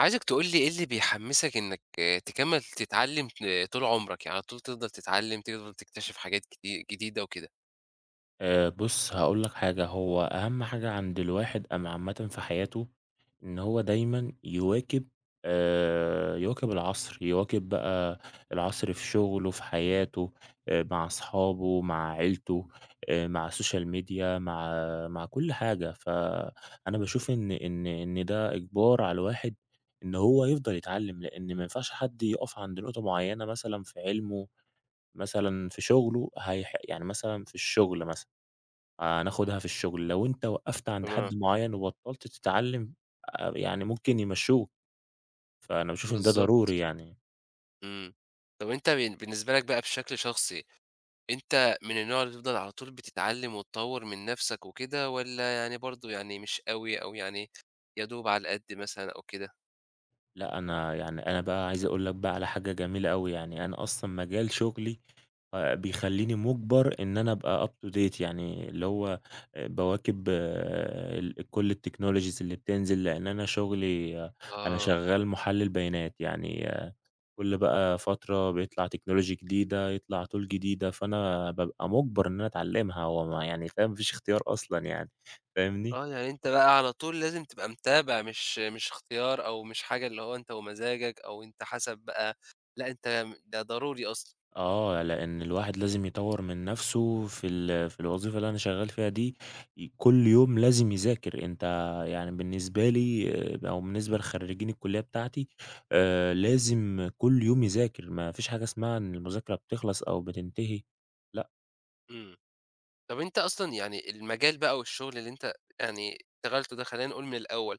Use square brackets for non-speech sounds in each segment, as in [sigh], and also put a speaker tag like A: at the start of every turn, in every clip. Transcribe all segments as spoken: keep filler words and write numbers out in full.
A: عايزك تقول لي إيه اللي بيحمّسك إنّك آه، تكمّل تتعلّم ت طول عمرك، يعني على طول تفضل تتعلّم، تفضل تكتشف حاجات جدي جديدة وكده.
B: آآ بُص، هاقول لك حاجة. هو أهم حاجة عند الواحد أم عامةً في حياته، إن هو دايمًا يواكب. آآ يواكب العصر، يواكب بقى العصر في شغله، في حياته، آآ مع أصحابه، مع عيلته، آآ مع السوشيال ميديا، مع مع كل حاجة. فأنا باشوف إن إن إن ده إجبار على الواحد إن هو يفضل يتعلم، لإن ما ينفعش حد يقف عند نقطة معينة مثلًا في علمه، مثلًا في شغله. هيح يعني مثلًا في الشغل مثلًا. هناخدها في الشغل، لو أنت وقّفت عند
A: تمام.
B: حد معيّن وبطّلت تتعلّم، آآ يعني ممكن يمشّوك. فأنا باشوف إن ده
A: بالضبط.
B: ضروري يعني.
A: إمم. طَب أنت بن بالنسبة لك بقى بشكل شخصي، أنت من النوع اللي بتفضل على طول بتتعلّم وتطوّر من نَفْسك وكده والّا يعني برضه يعني مش أوي أو يعني يا دوب على القد مثلًا أو كده؟
B: لأ، أنا يعني أنا بقى عايز أقول لك بقى على حاجة جميلة أوي. يعني أنا أصلًا مجال شغلي آآ بيخلّيني مُجبر إن أنا أبقى up to date، يعني اللي هو آآ باواكب ال كل التكنولوجيز اللي بتنزل، لإن أنا شغلي آه، أنا
A: آه.
B: شغّال مُحلِّل بيانات يعني. آه، كل بقى فترة بيطلع تكنولوجي جديدة، يطلع tool جديدة، فأنا بابقى مُجبَر إن أنا أتعلّمها. هو ما يعني فاهم، ما فيش اختيار أصلًا يعني، فاهمني؟
A: آه، يعني أنت بقى على طول لازم تبقى متابع مش مش اختيار أو مش حاجة اللي هو أنت ومزاجك أو أنت حسب بقى. لأ، أنت م ده ضروري أصلًا.
B: آه، لإن الواحد لازم يطوّر من نَفْسه في ال في الوظيفة اللي أنا شغّال فيها دي. ي كل يوم لازم يذاكر. أنت يعني بالنسبة لي، آه، أو بالنسبة لخرّيجين الكُلّية بتاعتي، آآ، لازم كل يوم يذاكر. ما فيش حاجة اسمها إن المذاكرة بتخلص أو بتنتهي، لأ.
A: إمم. طب أنت أصلًا يعني المجال بقى والشغل اللي أنت يعني اشتغلته ده، خلّينا نقول من الأول.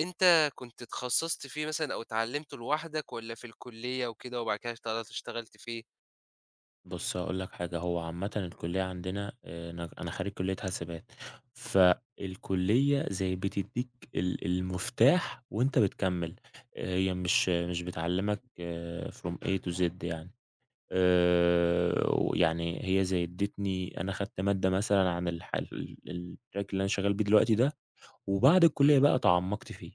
A: أنت كنت اتخصّصت فيه مثلًا أو اتعلّمته لوحدك والّا في الكلية وكده وبعد كده اشتغلت اشتغلت فيه؟
B: بُص، هاقول لك حاجة. هو عامةً الكلية عندنا، آآ أنا أنا خريج كلية حاسبات. فالكلية زي بتدّيك ال المفتاح وأنت بتكمّل. آه، هي مش مش بتعلّمك، آه، from A to Z يعني. آآ ويعني هي زي ادّتني، أنا خدت مادة مثلًا عن الح ال الtrack اللي أنا شغّال بيه دلوقتي ده، وبعد الكلية
A: إمم.
B: بقى تعمّقت فيه.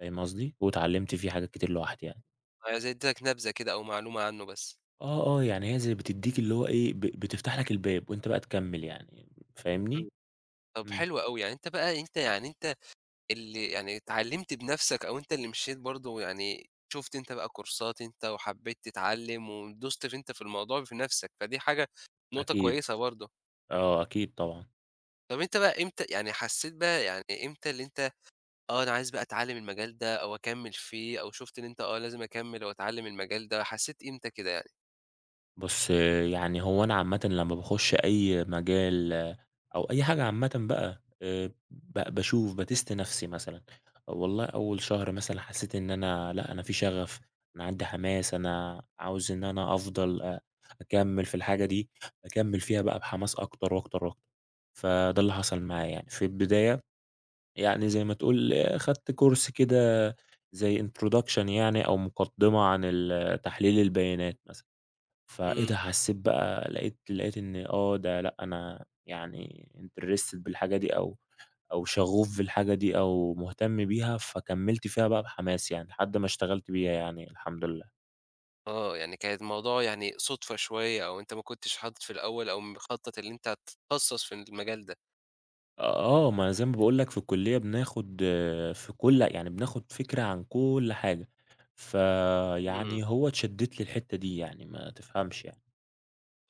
B: فاهم قصدي؟ واتعلّمت فيه حاجات كتير لوحدي يعني.
A: عايز أدّيك نبذة كده أو معلومة عنّه بس.
B: آه، آه، يعني هي زي بتدّيك اللي هو إيه، ب بتفتح لك الباب وأنت بقى تكمّل يعني،
A: إمم.
B: فاهمني؟
A: طب
B: إمم،
A: حلو أوي، يعني أنت بقى أنت يعني أنت اللي يعني اتعلّمت بنَفْسك أو أنت اللي مشيت برضه يعني شُفت أنت بقى كورسات أنت وحبّيت تتعلّم ودُست في أنت في الموضوع بنَفْسك، فدي حاجة نقطة
B: أكيد،
A: كويسة برضه.
B: آه، أكيد طبعًا.
A: طب أنت بقى إمتى يعني حسّيت بقى يعني إمتى اللي أنت آه، أنا عايز بقى أتعلّم المجال ده أو أكمّل فيه أو شُفت إن أنت آه، لازم أكمّل أو أتعلّم المجال ده، حسّيت إمتى كده يعني؟
B: بُص، آه، يعني هو أنا عامةً لمّا باخُش أي مجال، آه، أو أي حاجة عامةً بقى، آآ، ب باشوف باتست نَفْسي مثلًا، والله أول شهر مثلًا حسّيت إن أنا لأ، أنا في شغف، أنا عندي حماس، أنا عاوز إن أنا أفضل أ أكمّل في الحاجة دي، أكمّل فيها بقى بحماس أكتر وأكتر وأكتر. فده اللي حصل معايا يعني. في البداية يعني زي ما تقول، خدت كورس كده زي introduction يعني، أو مقدمة عن ال تحليل البيانات مثلًا. فإيه،
A: إمم.
B: ده حسيت بقى، لقيت لقيت إن آه، ده لأ، أنا يعني interested بالحاجة دي، أو أو شغوف بالحاجة دي، أو مهتم بيها، فكملت فيها بقى بحماس يعني لحد ما اشتغلت بيها يعني، الحمد لله.
A: آه، يعني كانت الموضوع يعني صُدفة شوية أو أنت ما كنتش حاطط في الأول أو مخطّط اللي أنت هتتخصّص في المجال ده.
B: آه، ما زي ما باقول لك، في الكلية بناخد، آه، في كل يعني بناخد فكرة عن كل حاجة،
A: إمم.
B: فيعني هو اتشدّت لي الحتة دي يعني، ما تفهمش يعني.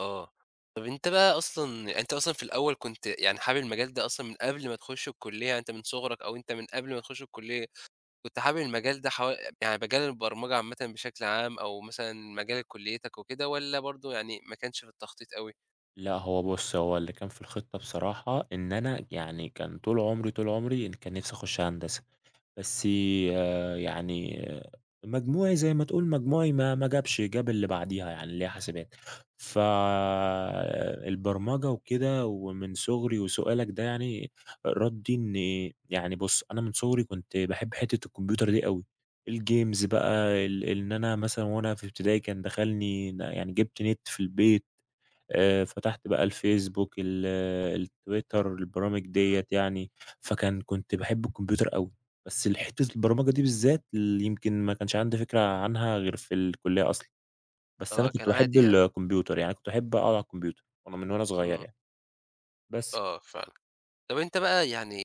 A: آه. طب أنت بقى أصلًا يعني أنت أصلًا في الأول كنت يعني حابب المجال ده أصلًا من قبل ما تخُش الكُلّية، يعني أنت من صُغرك أو أنت من قبل ما تخُش الكُلّية كنت حابب المجال ده حوا يعني مجال البرمجة عامةً بشكل عام أو مثلًا مجال كليتك وكده والّا برضه يعني ما كانش في التخطيط أوي؟
B: لأ، هو بُص، هو اللي كان في الخطة بصراحة إن أنا يعني كان طول عمري، طول عمري إن كان نِفْسي أخُش هندسة، بس آآ يعني، آه، مجموعي زي ما تقول، مجموعي ما ما جابش، جاب اللي بعديها يعني اللي هي حاسبات. ف البرمجة وكده، ومن صغري وسؤالك ده يعني ردّي إن يعني، بُص، أنا من صغري كنت باحب حتّة الكمبيوتر دي أوي، الجيمز بقى، ال إن أنا مثلًا وأنا في ابتدائي، كان دخلني ن يعني جِبت نت في البيت، آآ فتحت بقى الفيسبوك، ال التويتر، البرامج
A: إمم.
B: ديّة يعني. فكان كنت باحب الكمبيوتر أوي، بس ال حتّة البرمجة دي بالذات، ال يمكن ما كانش عندي فكرة عنها غير في الكلية أصلًا. بس أنا
A: آه،
B: كنت
A: كان
B: باحب
A: عادي يعني.
B: الكمبيوتر، يعني كنت أحب أقعد على الكمبيوتر وأنا من، وأنا صغير
A: إمم.
B: يعني، بس.
A: آه فعلًا. طب أنت بقى يعني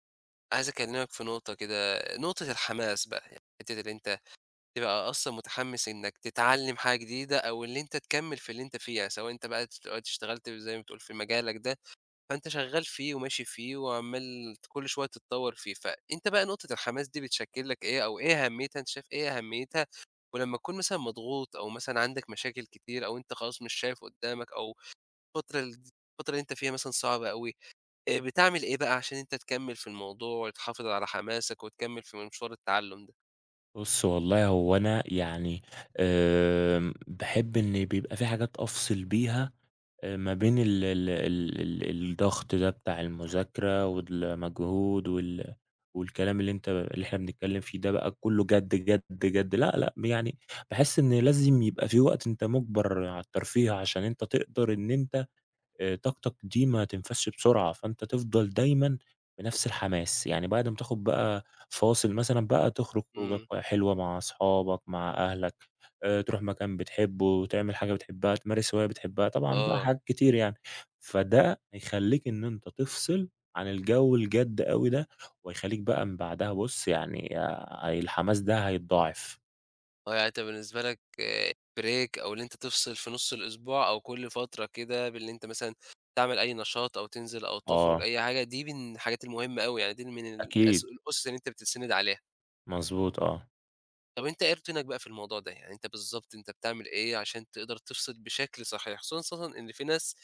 A: عايز أكلمك في نقطة كده، نقطة الحماس بقى، يعني حتة اللي أنت تبقى أصلًا متحمس إنك تتعلم حاجة جديدة أو اللي أنت تكمّل في اللي أنت فيه، يعني سواء أنت بقى دلوقتي اشتغلت زي ما بتقول في مجالك ده فأنت شغّال فيه وماشي فيه وعمّال كل شوية تتطوّر فيه، فأنت بقى نقطة الحماس دي بتشكّل لك إيه أو إيه أهميتها أنت شايف إيه أهميتها؟ ولمّا تكون مثلًا مضغوط أو مثلًا عندك مشاكل كتير أو أنت خلاص مش شايف قُدّامك أو الفترة ال الفترة اللي أنت فيها مثلًا صعبة أوي، آآ بتعمل إيه بقى عشان أنت تكمّل في الموضوع وتحافظ على حماسك وتكمّل في مشوار التعلُّم ده؟
B: بُص، والله هو أنا يعني، آمم باحب إن بيبقى في حاجات أفصل بيها آآ ما بين ال ال ال ال الضغط ده بتاع المذاكرة والمجهود وال والكلام اللي أنت، اللي إحنا بنتكلّم فيه ده بقى، كُلّه جَد، جَد، جَد، لأ، لأ، يعني باحس إن لازم يبقى في وقت أنت مُجبَر على الترفيه، عشان أنت تقدر إن أنت، آآ طاقتك دي ما تنفذش بسرعة، فأنت تفضل دايمًا بنفس الحماس. يعني بعد ما تاخد بقى فاصل، مثلًا بقى تخرج خروجة
A: إمم.
B: ك حلوة مع أصحابك، مع أهلك، آآ تروح مكان بتحبه، تعمل حاجة بتحبها، تمارس هواية بتحبها، طبعًا بقى
A: آه.
B: حاجات كتير يعني. فده هيخلّيك إن أنت تفصل عن الجو الجَد أوي ده، وهيخلّيك بقى من بعدها، بُص يعني، هي الحماس ده هيتضاعف.
A: آه، يعني أنت بالنسبة لك آآ break أو اللي أنت تفصل في نُص الأسبوع أو كل فترة كده باللي أنت مثلًا تعمل أي نشاط أو تنزل أو تخرج
B: آه،
A: أي حاجة، دي من الحاجات المهمة أوي، يعني دي من الأس
B: أكيد،
A: الأُسس اللي أنت بتتسند عليها.
B: مضبوط، آه.
A: طَب أنت إيه روتينك بقى في الموضوع ده؟ يعني أنت بالضبط أنت بتعمل إيه عشان تقدر تفصل بشكل صحيح؟ خصوصًا إن في ناس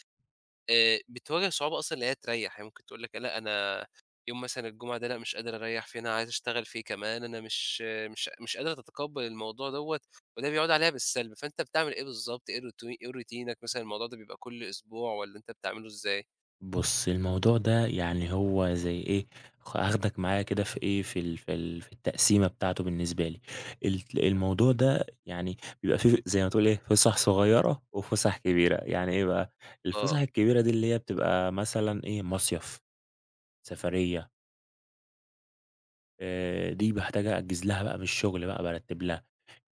A: آآ بتواجه صعوبة أصلًا إن هي تريّح، هي ممكن تقول لك لأ أنا يوم مثلًا الجمعة ده لأ مش قادرة أريّح فيه، أنا عايزة أشتغل فيه كمان، أنا مش مش مش قادرة تتقبّل الموضوع دوّة، وده بيعود عليها بالسلب، فأنت بتعمل إيه بالضبط؟ إيه الروتو إيه روتينك مثلًا الموضوع ده بيبقى كل أسبوع والّا أنت بتعمله إزاي؟
B: بُص، الموضوع ده يعني هو زي إيه، خ هاخدك معايا كده في إيه، في ال في ال في التقسيمة بتاعته بالنسبة لي. الت الموضوع ده يعني بيبقى فيه زي ما تقول إيه، فِسَح صغيّرة وفُسَح كبيرة. يعني إيه بقى، الفُسَح
A: آه.
B: الكبيرة دي اللي هي بتبقى مثلًا إيه، مصيف، سفرية، آآ دي باحتاج أأجّز لها بقى من الشُغل، بقى بارتّب لها.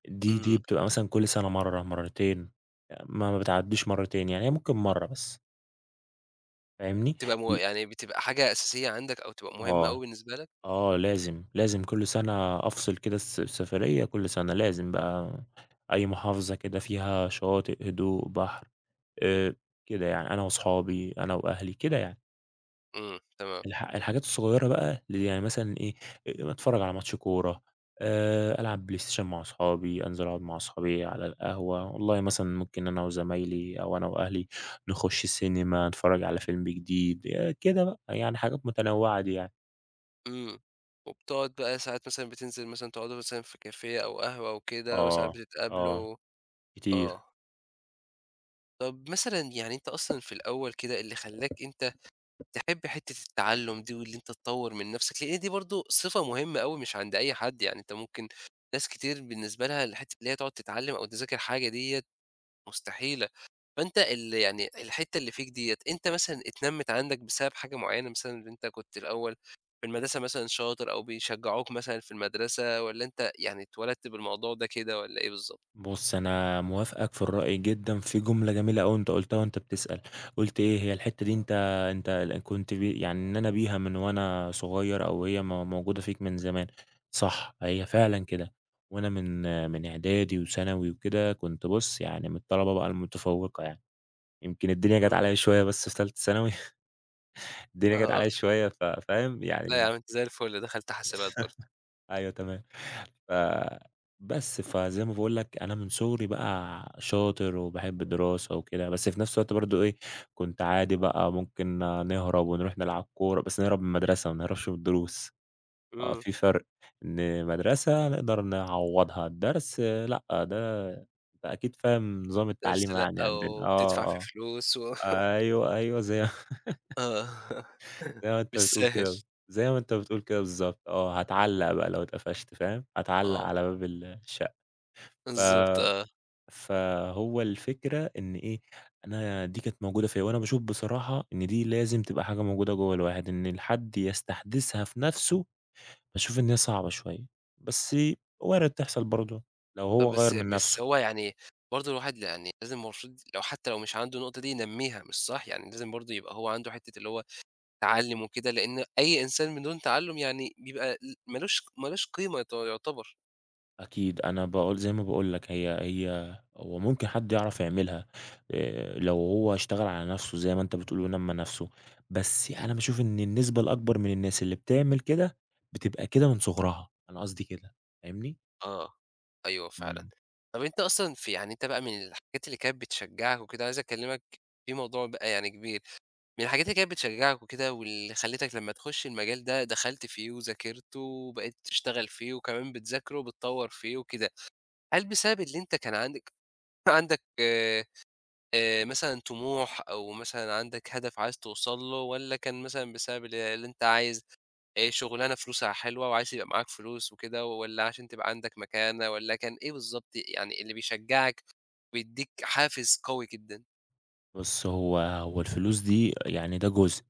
B: دي
A: إمم.
B: دي بتبقى مثلًا كل سَنة مرّة، مرّتين، ما ما بتعدّيش مرّتين، يعني هي ممكن مرّة بس، فاهمني؟
A: بتبقى مو
B: ل
A: يعني بتبقى حاجة أساسية عندك أو تبقى مهمة
B: آه.
A: أوي بالنسبة لك؟
B: آه، لازم، لازم كل سنة أفصل كده، الس السفرية كل سنة لازم بقى أي محافظة كده فيها شواطئ، هدوء، بحر، آآ، كده يعني أنا وأصحابي، أنا وأهلي، كده يعني.
A: إمم. تمام.
B: الح الحاجات الصغيرة بقى اللي يعني مثلًا إيه، آآ، أتفرّج على ماتش كورة، آآ، ألعب بلاي ستيشن مع أصحابي، أنزل أقعد مع أصحابي على القهوة، والله مثلًا ممكن أنا وزمايلي أو أنا وأهلي نخش السينما، نتفرّج على فيلم جديد، آآ، كده بقى، يعني حاجات متنوعة دي يعني.
A: إمم. وبتقعد بقى ساعات مثلًا بتنزل مثلًا تقعدوا مثلًا في كافيه أو قهوة وكده وساعات
B: آه، آه،
A: بتتقابلوا؟
B: كتير.
A: آه. طب مثلًا يعني أنت أصلًا في الأول كده اللي خلّاك أنت تحب حتّة التعلُّم دي واللي أنت تطوّر من نَفْسك، لإن دي برضه صفة مهمة أوي مش عند أي حد، يعني أنت ممكن ناس كتير بالنسبة لها الحتّة اللي هي تقعد تتعلّم أو تذاكر حاجة ديّة مستحيلة، فأنت ال يعني الحتّة اللي فيك ديّة أنت مثلًا اتنمّت عندك بسبب حاجة معيّنة مثلًا اللي أنت كنت الأول في المدرسة مثلًا شاطر أو بيشجّعوك مثلًا في المدرسة والّا أنت يعني اتولدت بالموضوع ده كده والّا إيه بالضبط؟
B: بُص، أنا موافقك في الرأي جدًا، في جملة جميلة أوي أنت قُلتها وأنت بتسأل. قُلت إيه هي الحتّة دي، أنت أنت ال كنت ب يعني ان انا بيها من، وأنا صغير، أو هي م موجودة فيك من زمان. صح، هي فعلًا كده. وأنا من، من إعدادي وثانوي وكده كنت، بُص يعني من الطلبة بقى المتفوقة يعني. يمكن الدنيا جات
A: إمم.
B: عليَّ شوية بس في تالتة ثانوي، [laughs] الدنيا جات
A: أها.
B: عليَّ شوية. ف فاهم
A: لا يا
B: يعني.
A: عم أنت زي الفل دخلت حاسبات برضه.
B: أيوه تمام. ف بس، فزي ما باقول لك، أنا من صغري بقى شاطر وباحب الدراسة وكده، بس في نفس الوقت برضه إيه، كنت عادي بقى ممكن نهرب ونروح نلعب كورة، بس نهرب من المدرسة، ما نهربش من الدروس. آه،
A: إمم.
B: في فرق، إن مدرسة نقدر نعوّضها، الدرس آه، لأ، ده أنت أكيد فاهم نظام
A: درس
B: التعليم يعني
A: لأ،
B: عندنا، آه،
A: وبتدفع فيه
B: آه.
A: فلوس و
B: أيوه، أيوه، زي ما
A: آه،
B: [laughs]
A: [laughs]
B: زي ما أنت
A: مش
B: بتقول
A: سهل.
B: كده، زي ما أنت بتقول كده بالضبط، آه، هاتعلّق بقى لو اتقفشت، فاهم، هاتعلّق
A: آه،
B: على باب ال الش ف
A: بالضبط آه،
B: فهو الفكرة إن إيه، أنا دي كانت موجودة فيّا، وأنا باشوف بصراحة إن دي لازم تبقى حاجة موجودة جوّه الواحد، إن الحد يستحدثها في نَفْسه. باشوف إن هي صعبة شوية، بس وارد تحصل برضه لو هو غيّر
A: فبس
B: من
A: بس
B: نَفْسه.
A: هو يعني برضه الواحد يعني لازم المفروض لو حتى لو مش عنده النقطة دي ينمّيها مش صح؟ يعني لازم برضه يبقى هو عنده حتة اللي هو تعلُّم وكده، لإن أي إنسان من دون تعلُّم يعني بيبقى ل مالوش مالوش قيمة يعت يعتبر،
B: أكيد، أنا باقول زي ما باقول لك، هي هي هو ممكن حد يعرف يعملها، آآ، لو هو اشتغل على نَفْسه زي ما أنت بتقول ونمّى نَفْسه، بس أنا باشوف إن النسبة الأكبر من الناس اللي بتعمل كده، بتبقى كده من صُغرها، أنا قصدي كده، فاهمني؟
A: آه، أيوه فعلًا.
B: إمم.
A: طَب أنت أصلًا في يعني أنت بقى من الحاجات اللي كانت بتشجّعك وكده عايز أكلّمك في موضوع بقى يعني كبير من الحاجات اللي كانت بتشجّعك وكده واللي خلّتك لمّا تخُش المجال ده دخلت فيه وذاكرته وبقيت تشتغل فيه وكمان بتذاكره وبتطوّر فيه وكده، هل بسبب اللي أنت كان عندك [clears throat] [laughs] عندك آآ آآ مثلًا طموح أو مثلًا عندك هدف عايز توصل له والّا كان مثلًا بسبب ال اللي أنت عايز آآ شُغلانة فلوسها حلوة وعايز يبقى معاك فلوس وكده والّا عشان تبقى عندك مكانة والّا كان إيه بالضبط يعني اللي بيشجّعك ويدّيك حافز قوي جدًا؟
B: بُص، هو هو الفلوس دي يعني ده جزء،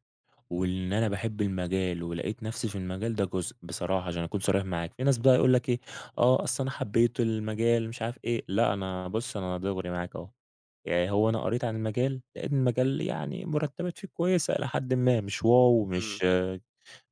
B: وإن أنا باحب المجال ولقيت نفسي في المجال ده جزء، بصراحة عشان أكون صريح معاك. في ناس بقى يقول لك إيه، آه، أصل أنا حبيت المجال مش عارف إيه، لأ أنا بُص، أنا دغري معاك أهو. يعني هو أنا قريت عن المجال، لقيت المجال يعني مرتبات فيه كويسة إلى حدٍ ما، مش واو،
A: إمم.
B: مش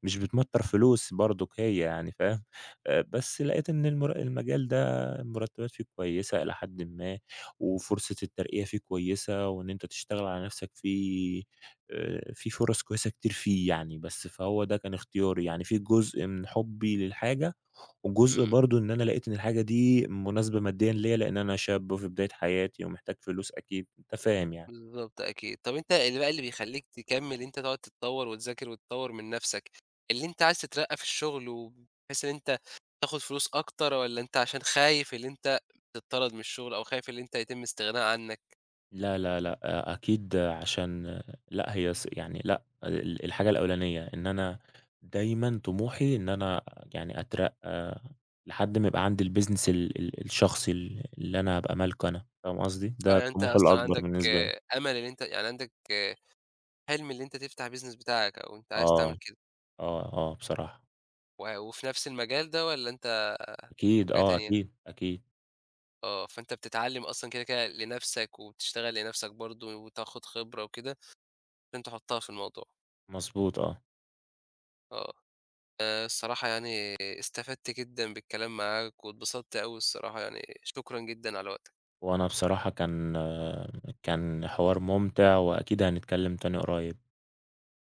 B: مش بتمطّر فلوس برضُك هي يعني، فاهم، آآ بس لقيت إن المر المجال ده المرتبات فيه كويسة إلى حدٍ ما، وفرصة الترقية فيه كويسة، وإن أنت تشتغل على نفْسك فيه، آآ فيه فرص كويسة كتير فيه يعني. بس فهو ده كان اختياري، يعني فيه جزء من حُبّي للحاجة، وجزء
A: إمم.
B: برضه إن أنا لقيت إن الحاجة دي مناسبة ماديًا ليّا، لإن أنا شاب وفي بداية حياتي ومحتاج فلوس أكيد، أنت فاهم يعني.
A: بالضبط أكيد. طَب أنت اللي بقى اللي بيخلّيك تكمّل أنت تقعد تتطوّر وتذاكر وتطوّر من نَفْسك، اللي أنت عايز تترقّى في الشغل وب بحيث إن أنت تاخُد فلوس أكتر والّا أنت عشان خايف اللي أنت تتطرد من الشغل أو خايف اللي أنت يتم استغناء عنّك
B: لا، لا، لأ، آه، أكيد، آه، عشان آه، لأ، هي س يعني، لأ، ال الحاجة الأولانية إن أنا دايمًا طموحي إن أنا يعني أترقّى لحد ما يبقى عندي الbusiness ال ال الشخصي ال اللي أنا هابقى مالكه أنا، فاهم قصدي؟
A: أو
B: ده
A: يعني أنت
B: الطموح
A: أصلًا
B: الأكبر
A: عندك
B: بالنسبة لي.
A: أمل اللي أنت يعني عندك حِلم اللي أنت تفتح business بتاعك أو أنت عايز
B: آه،
A: تعمل كده
B: آه، آه، بصراحة.
A: و وفي نَفْس المجال ده والّا أنت
B: أكيد،
A: حاجة
B: آه،
A: تانية؟
B: أكيد، أكيد،
A: آه. فأنت بتتعلّم أصلًا كده، كده لنَفْسك وبتشتغل لنَفْسك برضه وتاخُد خبرة وكده عشان تحُطّها في الموضوع.
B: مضبوط، آه.
A: آه. آآ الصراحة يعني استفدت جدًا بالكلام معاك، واتبسطت أوي الصراحة يعني، شكرًا جدًا على وقتك.
B: وأنا بصراحة كان آه، كان حوار ممتع وأكيد هنتكلم تاني قريب.